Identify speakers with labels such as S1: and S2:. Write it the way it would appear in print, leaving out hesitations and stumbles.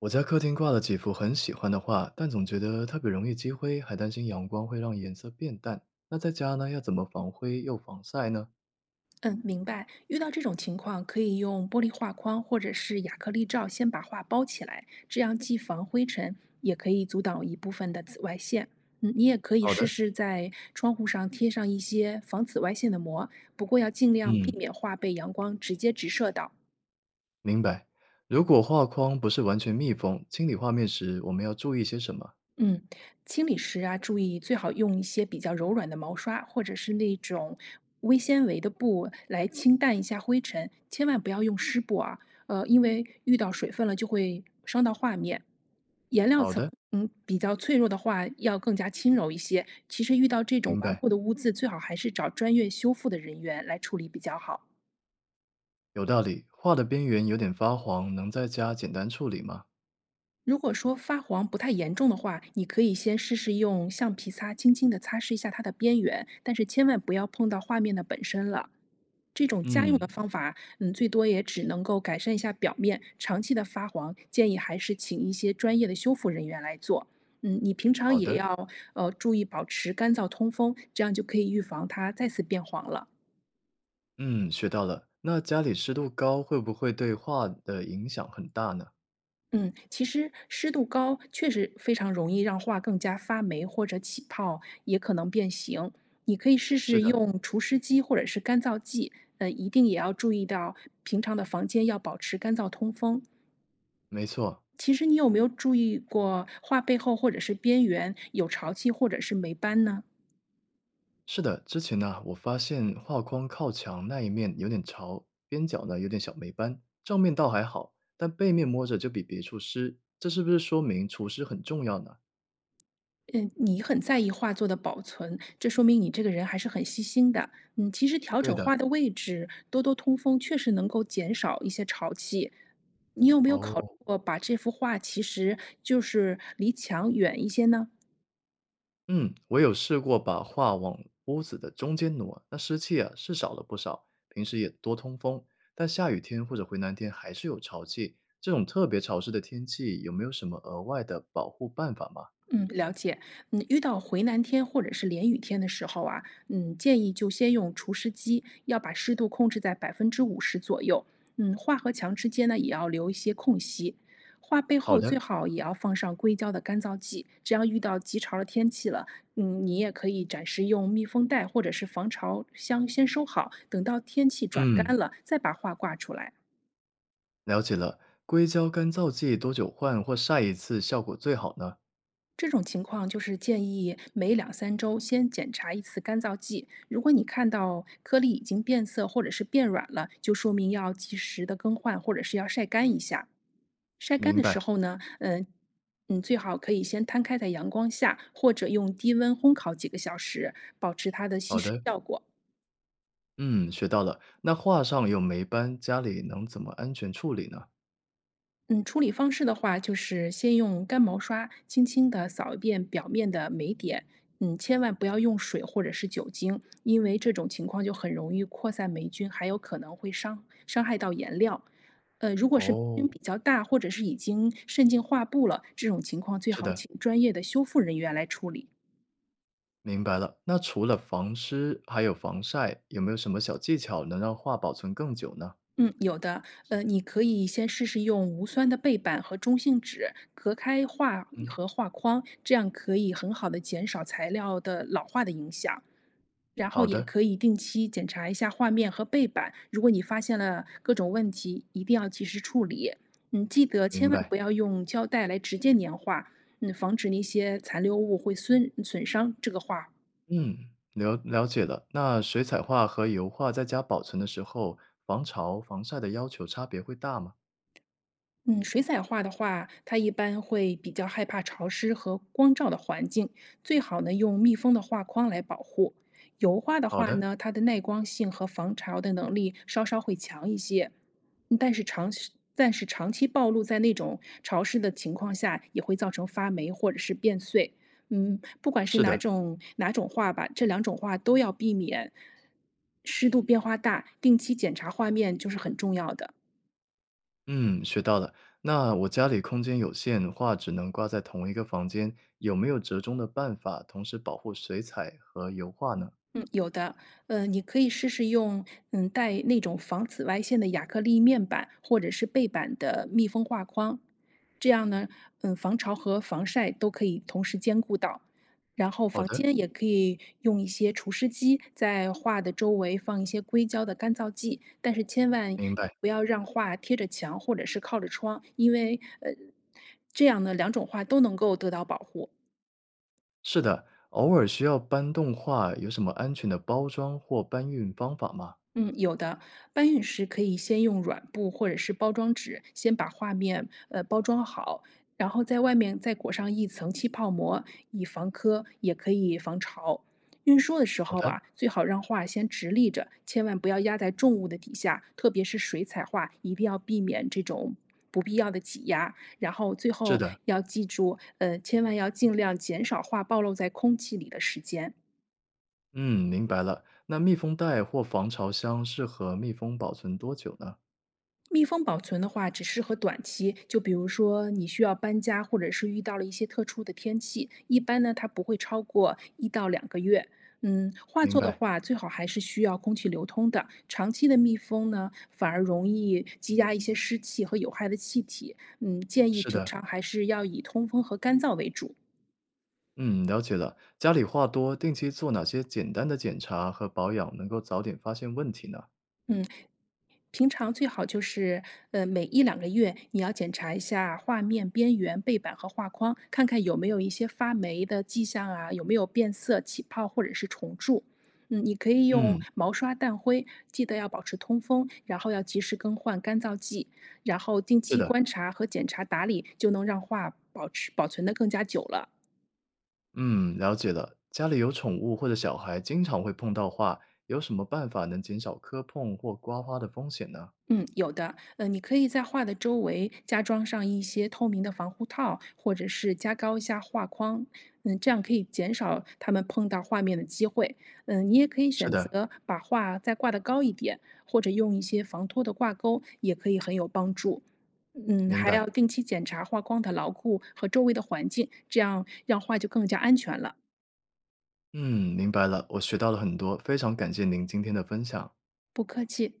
S1: 我家客厅挂了几幅很喜欢的画，但总觉得特别容易积灰，还担心阳光会让颜色变淡。那在家呢，要怎么防灰又防晒呢？
S2: 嗯，明白。遇到这种情况，可以用玻璃画框或者是亚克力罩先把画包起来，这样既防灰尘，也可以阻挡一部分的紫外线。你也可以
S1: 好
S2: 试
S1: 的，
S2: 试在窗户上贴上一些防紫外线的膜，不过要尽量
S1: 嗯，
S2: 避免画被阳光直接直射到。
S1: 明白。如果画框不是完全密封，清理画面时我们要注意些什么？
S2: 嗯，清理时啊，注意最好用一些比较柔软的毛刷，或者是那种微纤维的布来清淡一下灰尘，千万不要用湿布啊，因为遇到水分了就会伤到画面。颜料
S1: 好
S2: 层，
S1: 的，
S2: 比较脆弱的话，要更加轻柔一些。其实遇到这种
S1: 明
S2: 顽
S1: 白，
S2: 固的污渍，最好还是找专业修复的人员来处理比较好。
S1: 有道理。画的边缘有点发黄，能在家简单处理吗？
S2: 如果说发黄不太严重的话，你可以先试试用橡皮擦轻轻地擦拭一下它的边缘，但是千万不要碰到画面的本身了。这种家用的，
S1: 嗯，
S2: 最多也只能够改善一下表面，长期的发黄，建议还是请一些专业的修复人员来做。你平常
S1: 好
S2: 也
S1: 的，
S2: 要注意保持干燥通风，这样就可以预防它再次变黄了。
S1: 嗯，学到了。那家里湿度高会不会对画的影响很大呢？
S2: 嗯，其实湿度高确实非常容易让画更加发霉或者起泡，也可能变形。你可以试
S1: 是
S2: 试
S1: 的，
S2: 用除湿机或者是干燥剂，一定也要注意到平常的房间要保持干燥通风。
S1: 没错。
S2: 其实你有没有注意过画背后或者是边缘有潮气或者是霉斑呢？
S1: 是的，之前呢，我发现画框靠墙那一面有点潮，边角呢有点小霉斑，正面倒还好，但背面摸着就比别处湿，这是不是说明除湿很重要呢？
S2: 嗯，你很在意画作的保存，这说明你这个人还是很细心的。嗯，其实调
S1: 对
S2: 整画
S1: 的，
S2: 的位置，多多通风，确实能够减少一些潮气。你有没有考虑
S1: 哦，
S2: 过把这幅画其实就是离墙远一些呢？
S1: 嗯，我有试过把画往屋子的中间挪，那湿气啊是少了不少，平时也多通风，但下雨天或者回南天还是有潮气，这种特别潮湿的天气有没有什么额外的保护办法吗？
S2: 嗯，了解。遇到回南天或者是连雨天的时候啊，建议就先用除湿机，要把湿度控制在50%左右。画和墙之间呢，也要留一些空隙。画背
S1: 好
S2: 后最
S1: 的，
S2: 好也要放上硅胶的干燥剂，这样遇到极潮的天气了，你也可以暂时用密封袋或者是防潮箱先收好，等到天气转
S1: 嗯。
S2: 干了再把画挂出来。
S1: 了解了，硅胶干燥剂多久换或晒一次效果最好呢？
S2: 这种情况就是建议每两三周先检查一次干燥剂。如果你看到颗粒已经变色或者是变软了，就说明要及时的更换，或者是要晒干一下。晒干
S1: 明
S2: 的时
S1: 白，
S2: 候呢，最好可以先摊开在阳光下，或者用低温烘烤几个小时，保持它的吸
S1: 好
S2: 湿
S1: 的，
S2: 效果。
S1: 嗯，学到了。那画上有霉斑，家里能怎么安全处理呢？
S2: 嗯，处理方式的话，就是先用干毛刷轻轻地扫一遍表面的霉点，千万不要用水或者是酒精，因为这种情况就很容易扩散霉菌，还有可能会伤害到颜料。如果是霉
S1: 哦，
S2: 菌比较大，或者是已经渗进画布了，这种情况最
S1: 是
S2: 好
S1: 的，
S2: 请专业的修复人员来处理。
S1: 明白了。那除了防湿，还有防晒，有没有什么小技巧能让画保存更久呢？
S2: 嗯，有的，你可以先试试用无酸的背板和中性纸隔开画
S1: 嗯，
S2: 和画框，这样可以很好的减少材料的老化的影响。然后
S1: 好
S2: 也
S1: 的，
S2: 可以定期检查一下画面和背板，如果你发现了各种问题，一定要及时处理。记得
S1: 明
S2: 千万
S1: 白。
S2: 不要用胶带来直接粘画，防止那些残留物会损伤这个画
S1: 嗯，了解了。那水彩画和油画在家保存的时候，防潮、防晒的要求差别会大吗？
S2: 嗯，水彩画的话，它一般会比较害怕潮湿和光照的环境，最好呢用密封的画框来保护。油画的
S1: 好
S2: 话
S1: 的，
S2: 呢，它的耐光性和防潮的能力稍稍会强一些，但是长期暴露在那种潮湿的情况下，也会造成发霉或者是变碎。不管是
S1: 是
S2: 哪
S1: 的。
S2: 种哪种画吧，这两种画都要避免。湿度变化大，定期检查画面就是很重要的。
S1: 嗯，学到了。那我家里空间有限，画只能挂在同一个房间，有没有折中的办法，同时保护水彩和油画呢？
S2: 嗯，有的，你可以试试用，带那种防紫外线的亚克力面板或者是背板的密封画框，这样呢，防潮和防晒都可以同时兼顾到。然后
S1: 好
S2: 房
S1: 的，
S2: 间也可以用一些除湿机，在画的周围放一些硅胶的干燥剂，但是千万
S1: 明白。
S2: 不要让画贴着墙或者是靠着窗，因为这样呢，两种画都能够得到保护。
S1: 是的，偶尔需要搬动画，有什么安全的包装或搬运方法吗？
S2: 嗯，有的。搬运时可以先用软布或者是包装纸，先把画面包装好，然后在外面再裹上一层气泡膜，以防磕，也可以防潮。运输的时
S1: 好
S2: 候
S1: 的，
S2: 啊，最好让画先直立着，千万不要压在重物的底下，特别是水彩画，一定要避免这种不必要的挤压。然后最
S1: 是
S2: 后
S1: 的，
S2: 要记住，千万要尽量减少画暴露在空气里的时间。
S1: 嗯，明白了。那密封袋或防潮箱适合密封保存多久呢？
S2: 密封保存的话，只适合短期，就比如说你需要搬家，或者是遇到了一些特殊的天气，一般呢它不会超过1到2个月。画
S1: 明
S2: 作的
S1: 白，
S2: 话，最好还是需要空气流通的。长期的密封呢，反而容易积压一些湿气和有害的气体。嗯，建议
S1: 是
S2: 平
S1: 的，
S2: 常还是要以通风和干燥为主。
S1: 嗯，了解了。家里话多，定期做哪些简单的检查和保养，能够早点发现问题呢？
S2: 平常最好就是，每一两个月你要检查一下画面边缘、背板和画框，看看有没有一些发霉的迹象啊，有没有变色、起泡或者是虫蛀。你可以用
S1: 嗯。
S2: 毛刷淡灰，记得要保持通风，然后要及时更换干燥剂，然后定
S1: 是
S2: 期
S1: 的，
S2: 观察和检查打理，就能让画保存的更加久了。
S1: 嗯，了解了。家里有宠物或者小孩，经常会碰到话，有什么办法能减少磕碰或刮花的风险呢？
S2: 嗯，有的，你可以在画的周围加装上一些透明的防护套，或者是加高一下画框，这样可以减少它们碰到画面的机会。你也可以
S1: 是
S2: 选
S1: 的，
S2: 择把画再挂得高一点，或者用一些防脱的挂钩，也可以很有帮助。
S1: 明
S2: 还
S1: 白。
S2: 要定期检查画框的牢固和周围的环境，这样让画就更加安全了。
S1: 嗯，明白了，我学到了很多，非常感谢您今天的分享。
S2: 不客气。